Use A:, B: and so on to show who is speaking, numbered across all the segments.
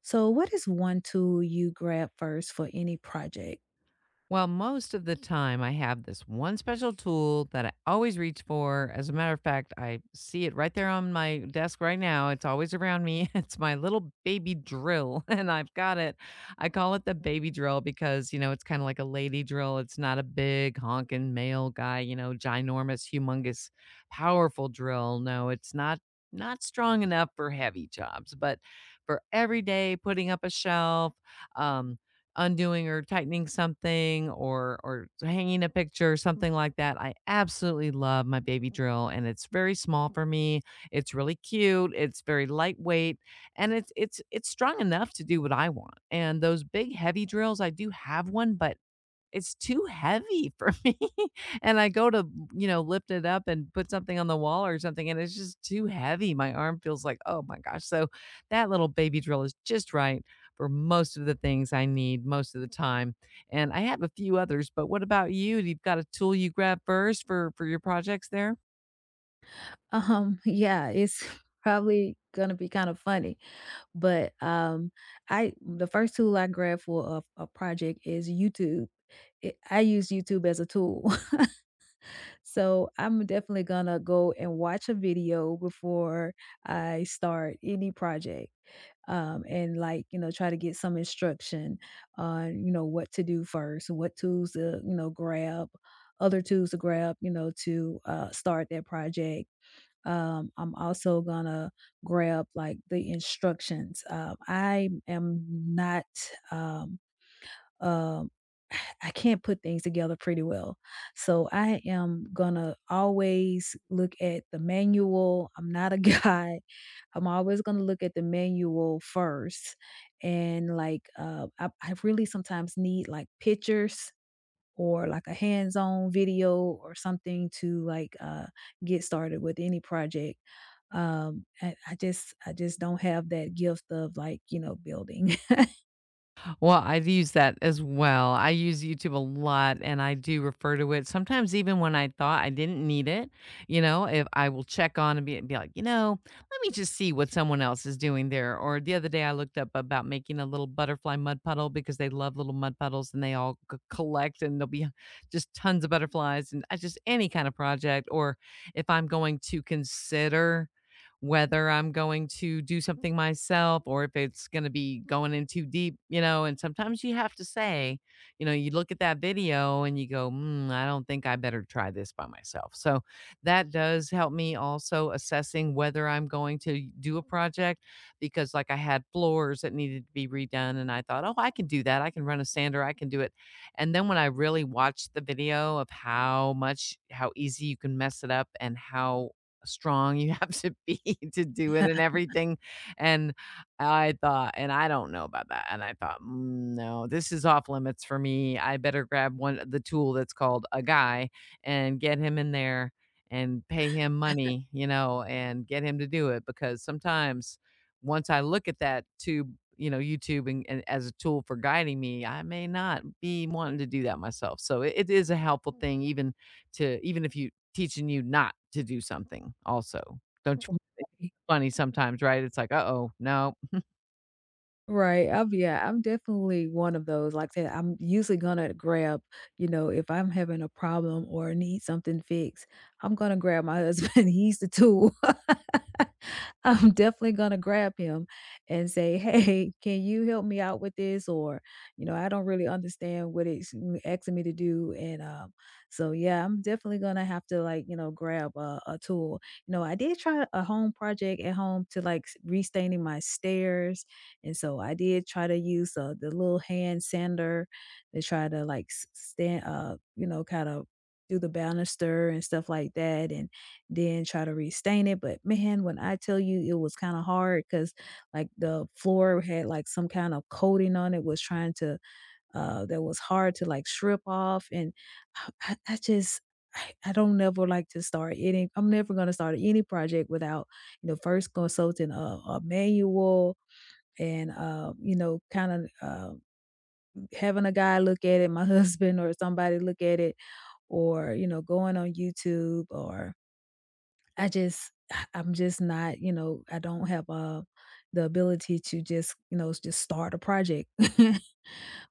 A: So, what is one tool you grab first for any project?
B: Well, most of the time, I have this one special tool that I always reach for. As a matter of fact, I see it right there on my desk right now. It's always around me. It's my little baby drill, and I've got it. I call it the baby drill because, you know, it's kind of like a lady drill. It's not a big honking male guy, you know, ginormous, humongous, powerful drill. No, it's not. Not strong enough for heavy jobs, but for every day putting up a shelf, um, undoing or tightening something or hanging a picture or something like that. I absolutely love my baby drill and it's very small for me. It's really cute, it's very lightweight, and it's strong enough to do what I want. And those big heavy drills, I do have one, but it's too heavy for me. And I go to, you know, lift it up and put something on the wall or something, and it's just too heavy. My arm feels like, oh my gosh. So that little baby drill is just right for most of the things I need most of the time. And I have a few others, but what about you? You've got a tool you grab first for your projects there?
A: Yeah, it's probably gonna be kind of funny, but I the first tool I grab for a project is YouTube. I use YouTube as a tool. So I'm definitely gonna go and watch a video before I start any project. And like, you know, try to get some instruction on, you know, what to do first, what tools to, you know, grab, other tools to grab, you know, to start that project. I'm also gonna grab like the instructions. I am not um, um, I can't put things together pretty well. So I am gonna always look at the manual. I'm not a guy. I'm always gonna look at the manual first. And like, I really sometimes need like pictures or like a hands-on video or something to like get started with any project. I just don't have that gift of like, you know, building.
B: Well, I use that as well. I use YouTube a lot and I do refer to it. Sometimes even when I thought I didn't need it, you know, if I will check on and be like, you know, let me just see what someone else is doing there. Or the other day I looked up about making a little butterfly mud puddle because they love little mud puddles and they all collect and there'll be just tons of butterflies and I just any kind of project. Or if I'm going to consider whether I'm going to do something myself or if it's going to be going in too deep, you know. And sometimes you have to say, you know, you look at that video and you go, I don't think I better try this by myself. So that does help me also assessing whether I'm going to do a project because, like, I had floors that needed to be redone and I thought, oh, I can do that. I can run a sander, I can do it. And then when I really watched the video of how much, how easy you can mess it up and how strong you have to be to do it and everything, and I thought and I don't know about that, and I thought, "Mm, no, this is off limits for me, I better grab one the tool that's called a guy and get him in there and pay him money, you know, and get him to do it," because sometimes once I look at that tube, you know, YouTube and as a tool for guiding me, I may not be wanting to do that myself, so it is a helpful thing even to even if you teaching you not to do don't something, also. Don't you? It's funny sometimes, right? It's like, uh oh no.
A: Right, I'm yeah, I'm definitely one of those, like I said, I'm usually gonna grab, you know, if I'm having a problem or need something fixed, I'm gonna grab my husband, he's the tool. I'm definitely gonna grab him and say, "Hey, can you help me out with this?" Or, you know, "I don't really understand what it's asking me to do." And so yeah, I'm definitely gonna have to like, you know, grab a tool. You know, I did try a home project at home to like restaining my stairs, and so I did try to use, the little hand sander to try to, like, s stand you know, kind of do the banister and stuff like that, and then try to restain it. But man, when I tell you, it was kinda hard because like, the floor had, like, some kind of coating on it. Was trying to that was hard to, like, strip off, and I just I don't never like to start any I'm never gonna start any project without, you know, first consulting a manual and, you know, kinda, having a guy look at it, my husband or somebody look at it, or, you know, going on YouTube or I just I'm just not, you know, I don't have, the ability to just, you know, just start a project.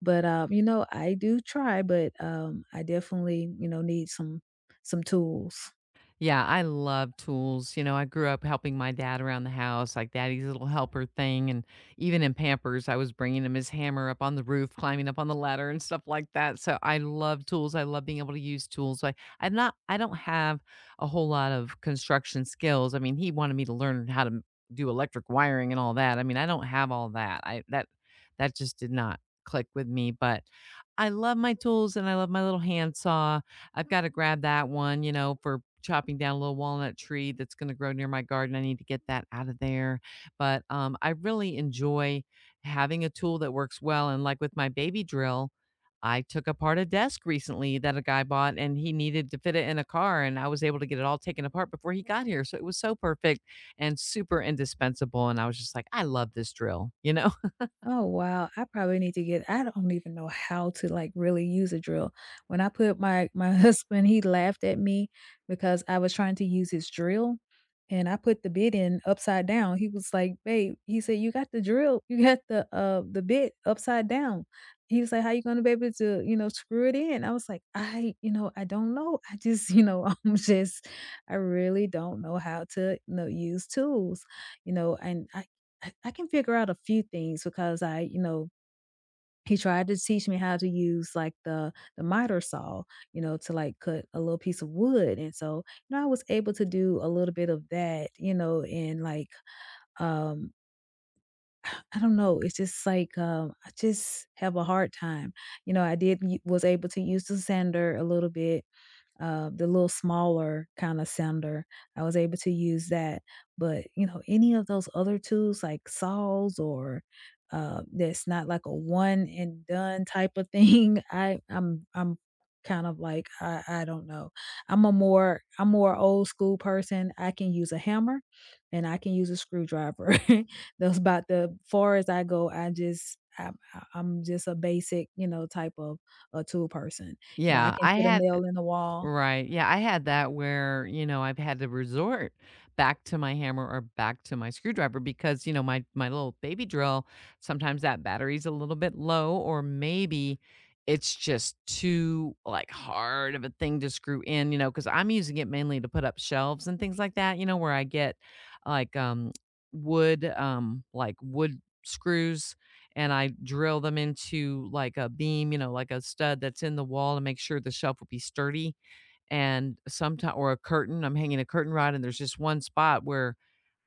A: But, you know, I do try, but, I definitely, you know, need some tools.
B: Yeah, I love tools. You know, I grew up helping my dad around the house, like daddy's little helper thing. And even in Pampers, I was bringing him his hammer up on the roof, climbing up on the ladder and stuff like that. So I love tools. I love being able to use tools. I, I'm not, I don't have a whole lot of construction skills. I mean, he wanted me to learn how to do electric wiring and all that. I mean, I don't have all that. I, that, that just did not click with me, but I love my tools and I love my little handsaw. I've gotta grab that one, you know, for chopping down a little walnut tree that's gonna grow near my garden. I need to get that out of there. But, I really enjoy having a tool that works well, and like with my baby drill, I took apart a desk recently that a guy bought, and he needed to fit it in a car, and I was able to get it all taken apart before he got here, so it was so perfect and super indispensable, and I was just like, "I love this drill," you know?
A: Oh, wow. I probably need to get I don't even know how to, like, really use a drill. When I put my husband, he laughed at me because I was trying to use his drill, and I put the bit in upside down. He was like, "Babe," he said, "You got the drill you got the bit upside down." He was like, "How you gonna be able to, you know, screw it in?" I was like, "I you know, I don't know. I just, you know, I'm just I really don't know how to, you know, use tools." You know, and I can figure out a few things because I, you know, he tried to teach me how to use like the miter saw, you know, to like cut a little piece of wood. And so, you know, I was able to do a little bit of that, you know, and like um I don't know, it's just like, I just have a hard time. You know, I did was able to use the sander a little bit, the little smaller kind of sander. I was able to use that, but you know, any of those other tools like saws or that's not like a one and done type of thing. I'm kind of like I don't know. I'm a more I'm more old school person. I can use a hammer, and I can use a screwdriver. That's about the far as I go. I'm just a basic, you know, type of a tool person. You know, I
B: Yeah,
A: can
B: I
A: put a
B: had.
A: nail in the wall.
B: Right. Yeah, I had that where, you know, I've had to resort back to my hammer or back to my screwdriver because, you know, my little baby drill, sometimes that battery's a little bit low or maybe it's just too like hard of a thing to screw in, you know, cuz I'm using it mainly to put up shelves and things like that, you know, where I get like wood like wood screws and I drill them into like a beam, you know, like a stud that's in the wall to make sure the shelf will be sturdy and sometimes or a curtain, I'm hanging a curtain rod and there's just one spot where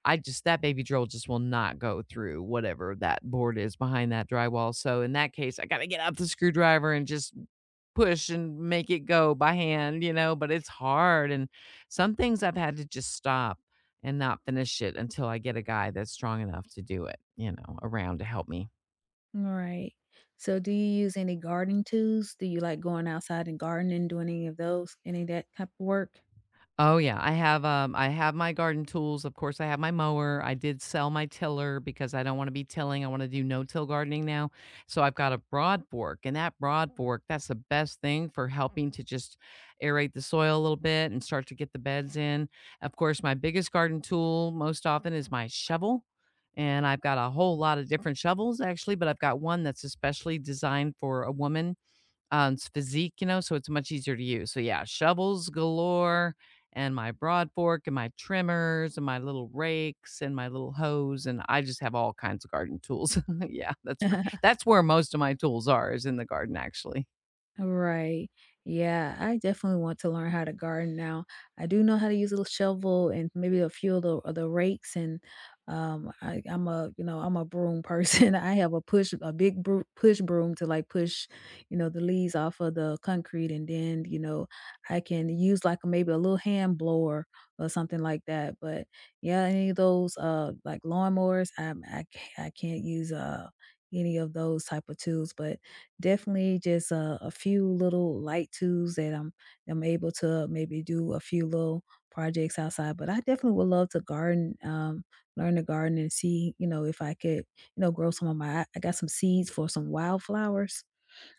B: I just that baby drill just will not go through whatever that board is behind that drywall. So in that case, I got to get out the screwdriver and just push and make it go by hand, you know, but it's hard and some things I've had to just stop and not finish it until I get a guy that's strong enough to do it, you know, around to help me.
A: Right. So do you use any gardening tools? Do you like going outside and gardening, doing any of those, any of that type of work?
B: Oh yeah, I have my garden tools. Of course, I have my mower. I did sell my tiller because I don't want to be tilling. I want to do no-till gardening now. So I've got a broad fork, and that broad fork, that's the best thing for helping to just aerate the soil a little bit and start to get the beds in. Of course, my biggest garden tool most often is my shovel. And I've got a whole lot of different shovels actually, but I've got one that's especially designed for a woman, it's physique, you know, so it's much easier to use. So yeah, shovels galore and my broad fork and my trimmers and my little rakes and my little hose and I just have all kinds of garden tools. Yeah, that's where most of my tools are is in the garden actually.
A: Right. Yeah, I definitely want to learn how to garden now. I do know how to use a little shovel and maybe a few of the rakes and I'm a, you know, I'm a broom person. I have a big push broom to like push, you know, the leaves off of the concrete, and then, you know, I can use like maybe a little hand blower or something like that. But yeah, any of those like lawnmowers, I can't use any of those type of tools, but definitely just a few little light tools that I'm able to maybe do a few little projects outside. But I definitely would love to garden, learn to garden and see, you know, if I could, you know, grow some of my I got some seeds for some wildflowers,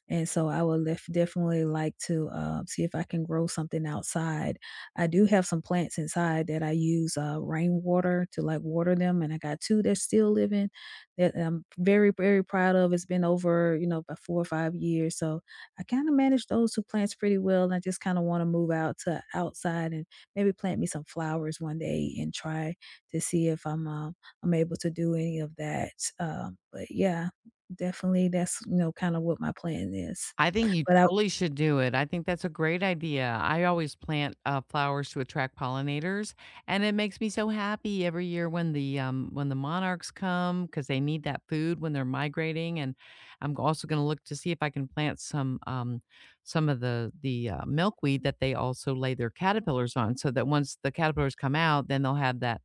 A: and so I would lef definitely like to, see if I can grow something outside. I do have some plants inside that I use, rainwater to, like, water them, and I got two that's still living that I'm very, very proud of. It's been over, you know, about four or five years, so I kinda manage those two plants pretty well, and I just kinda wanna move out to outside and maybe plant me some flowers one day and try to see if I'm, I'm able to do any of that, but yeah, definitely, that's, you know, kinda what my plan is.
B: I think you
A: But I
B: totally should do it. I think that's a great idea. I always plant flowers to attract pollinators, and it makes me so happy every year when the monarchs come because they need that food when they're migrating. And I'm also going to look to see if I can plant some of the milkweed that they also lay their caterpillars on, so that once the caterpillars come out, then they'll have that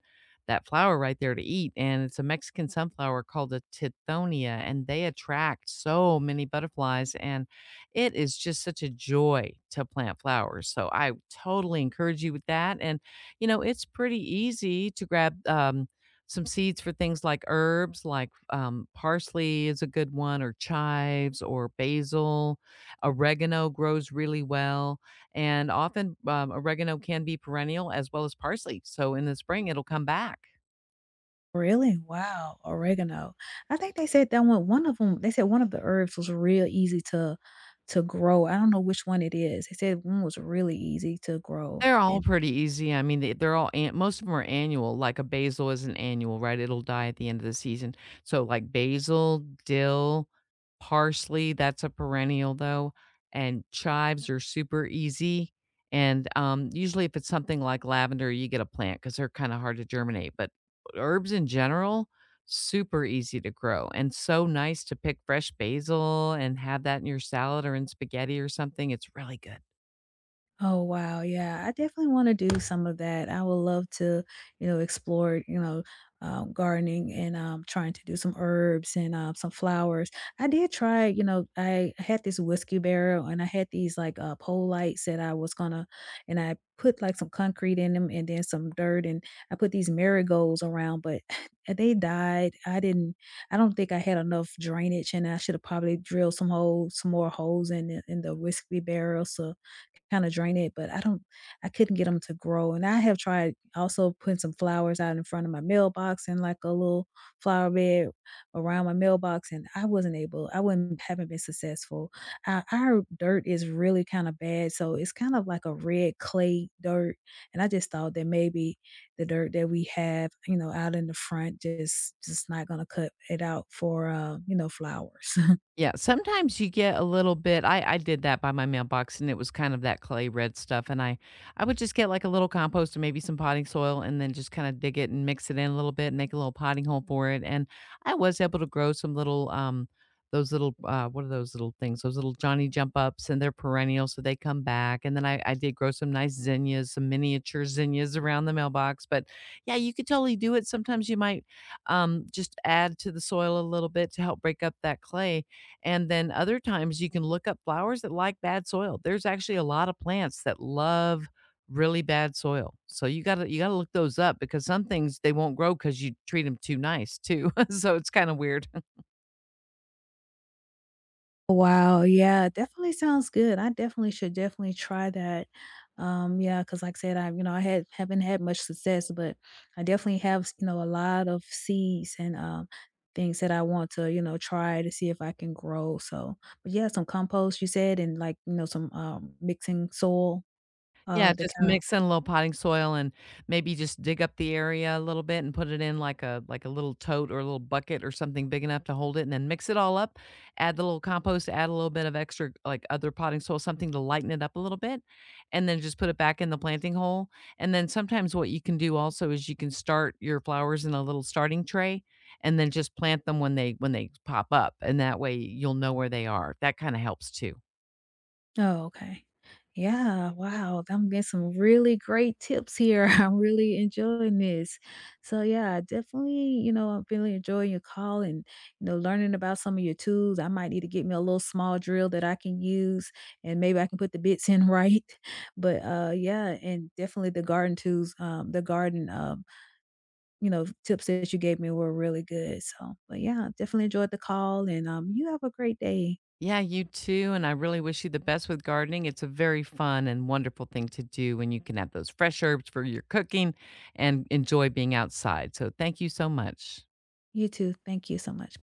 B: that flower right there to eat. And it's a Mexican sunflower called a tithonia, and they attract so many butterflies and it is just such a joy to plant flowers. So I totally encourage you with that. And, you know, it's pretty easy to grab some seeds for things like herbs, like parsley is a good one, or chives, or basil. Oregano grows really well. And often oregano can be perennial as well as parsley. So in the spring, it'll come back.
A: really? Wow, oregano. I think they said that one of them, they said one of the herbs was real easy to grow. I don't know which one it is. They said one was really easy to grow,
B: They're all
A: and
B: pretty easy. I mean, they they're all an most of them are annual, like a basil is an annual, right? It'll die at the end of the season. So, like, basil, dill, parsley, that's a perennial, though, and chives are super easy, and, usually, if it's something like lavender, you get a plant because they 'cause they're kinda hard to germinate, but herbs in general, super easy to grow and so nice to pick fresh basil and have that in your salad or in spaghetti or something. It's really good.
A: oh wow, yeah. I definitely want to do some of that. I would love to, you know, explore, you know, gardening and trying to do some herbs and some flowers. I did try, you know, I had this whiskey barrel and I had these like, pole lights that I was gonna, and I put like some concrete in them and then some dirt, and I put these marigolds around, but they died. I didn't. I don't think I had enough drainage, and I should have probably drilled some holes, some more holes in in the whiskey barrel. So kinda drain it, but I don't I couldn't get them to grow, and I have tried also putting some flowers out in front of my mailbox and, like, a little flower bed around my mailbox, and I wasn't able I wouldn't haven't been successful. Our dirt is really kinda bad, so it's kind of like a red clay dirt, and I just thought that maybe the dirt that we have, you know, out in the front just not gonna cut it out for, you know, flowers.
B: Yeah, sometimes you get a little bit I did that by my mailbox, and it was kind of that clay red stuff, and I would just get, like, a little compost and maybe some potting soil and then just kinda dig it and mix it in a little bit and make a little potting hole for it, and I was able to grow some little, those little, what are those little things? Those little Johnny jump ups, and they're perennial, so they come back, and then I did grow some nice zinnias, some miniature zinnias around the mailbox, but, yeah, you could totally do it. Sometimes you might, just add to the soil a little bit to help break up that clay, and then other times you can look up flowers that like bad soil. There's actually a lot of plants that love really bad soil. So you got to look those up because some things they won't grow cuz you treat them too nice too. So it's kind of weird.
A: Wow, yeah, definitely sounds good. I definitely should Definitely try that. Yeah, because like I said, I, you know, I had haven't had much success, but I definitely have, you know, a lot of seeds and things that I want to, you know, try to see if I can grow. So, but yeah, some compost, you said, and like, you know, some mixing soil,
B: Yeah,
A: that
B: just
A: kind of.
B: mix in a little potting soil and maybe just dig up the area a little bit and put it in like a little tote or a little bucket or something big enough to hold it and then mix it all up, add the little compost, add a little bit of extra like other potting soil, something to lighten it up a little bit, and then just put it back in the planting hole. And then sometimes what you can do also is you can start your flowers in a little starting tray and then just plant them when they pop up. And that way you'll know where they are. That kind of helps too.
A: Oh, okay. Yeah, wow, I'm getting some really great tips here. I'm really enjoying this. So yeah, definitely, you know, I'm really enjoying your call and, you know, learning about some of your tools. I might need to get me a little small drill that I can use, and maybe I can put the bits in right. But yeah, and definitely the garden tools, the garden, you know, tips that you gave me were really good. So but yeah, definitely enjoyed the call and you have a great day.
B: Yeah, you too. And I really wish you the best with gardening. It's a very fun and wonderful thing to do when you can have those fresh herbs for your cooking and enjoy being outside. So thank you so much.
A: You too. Thank you so much.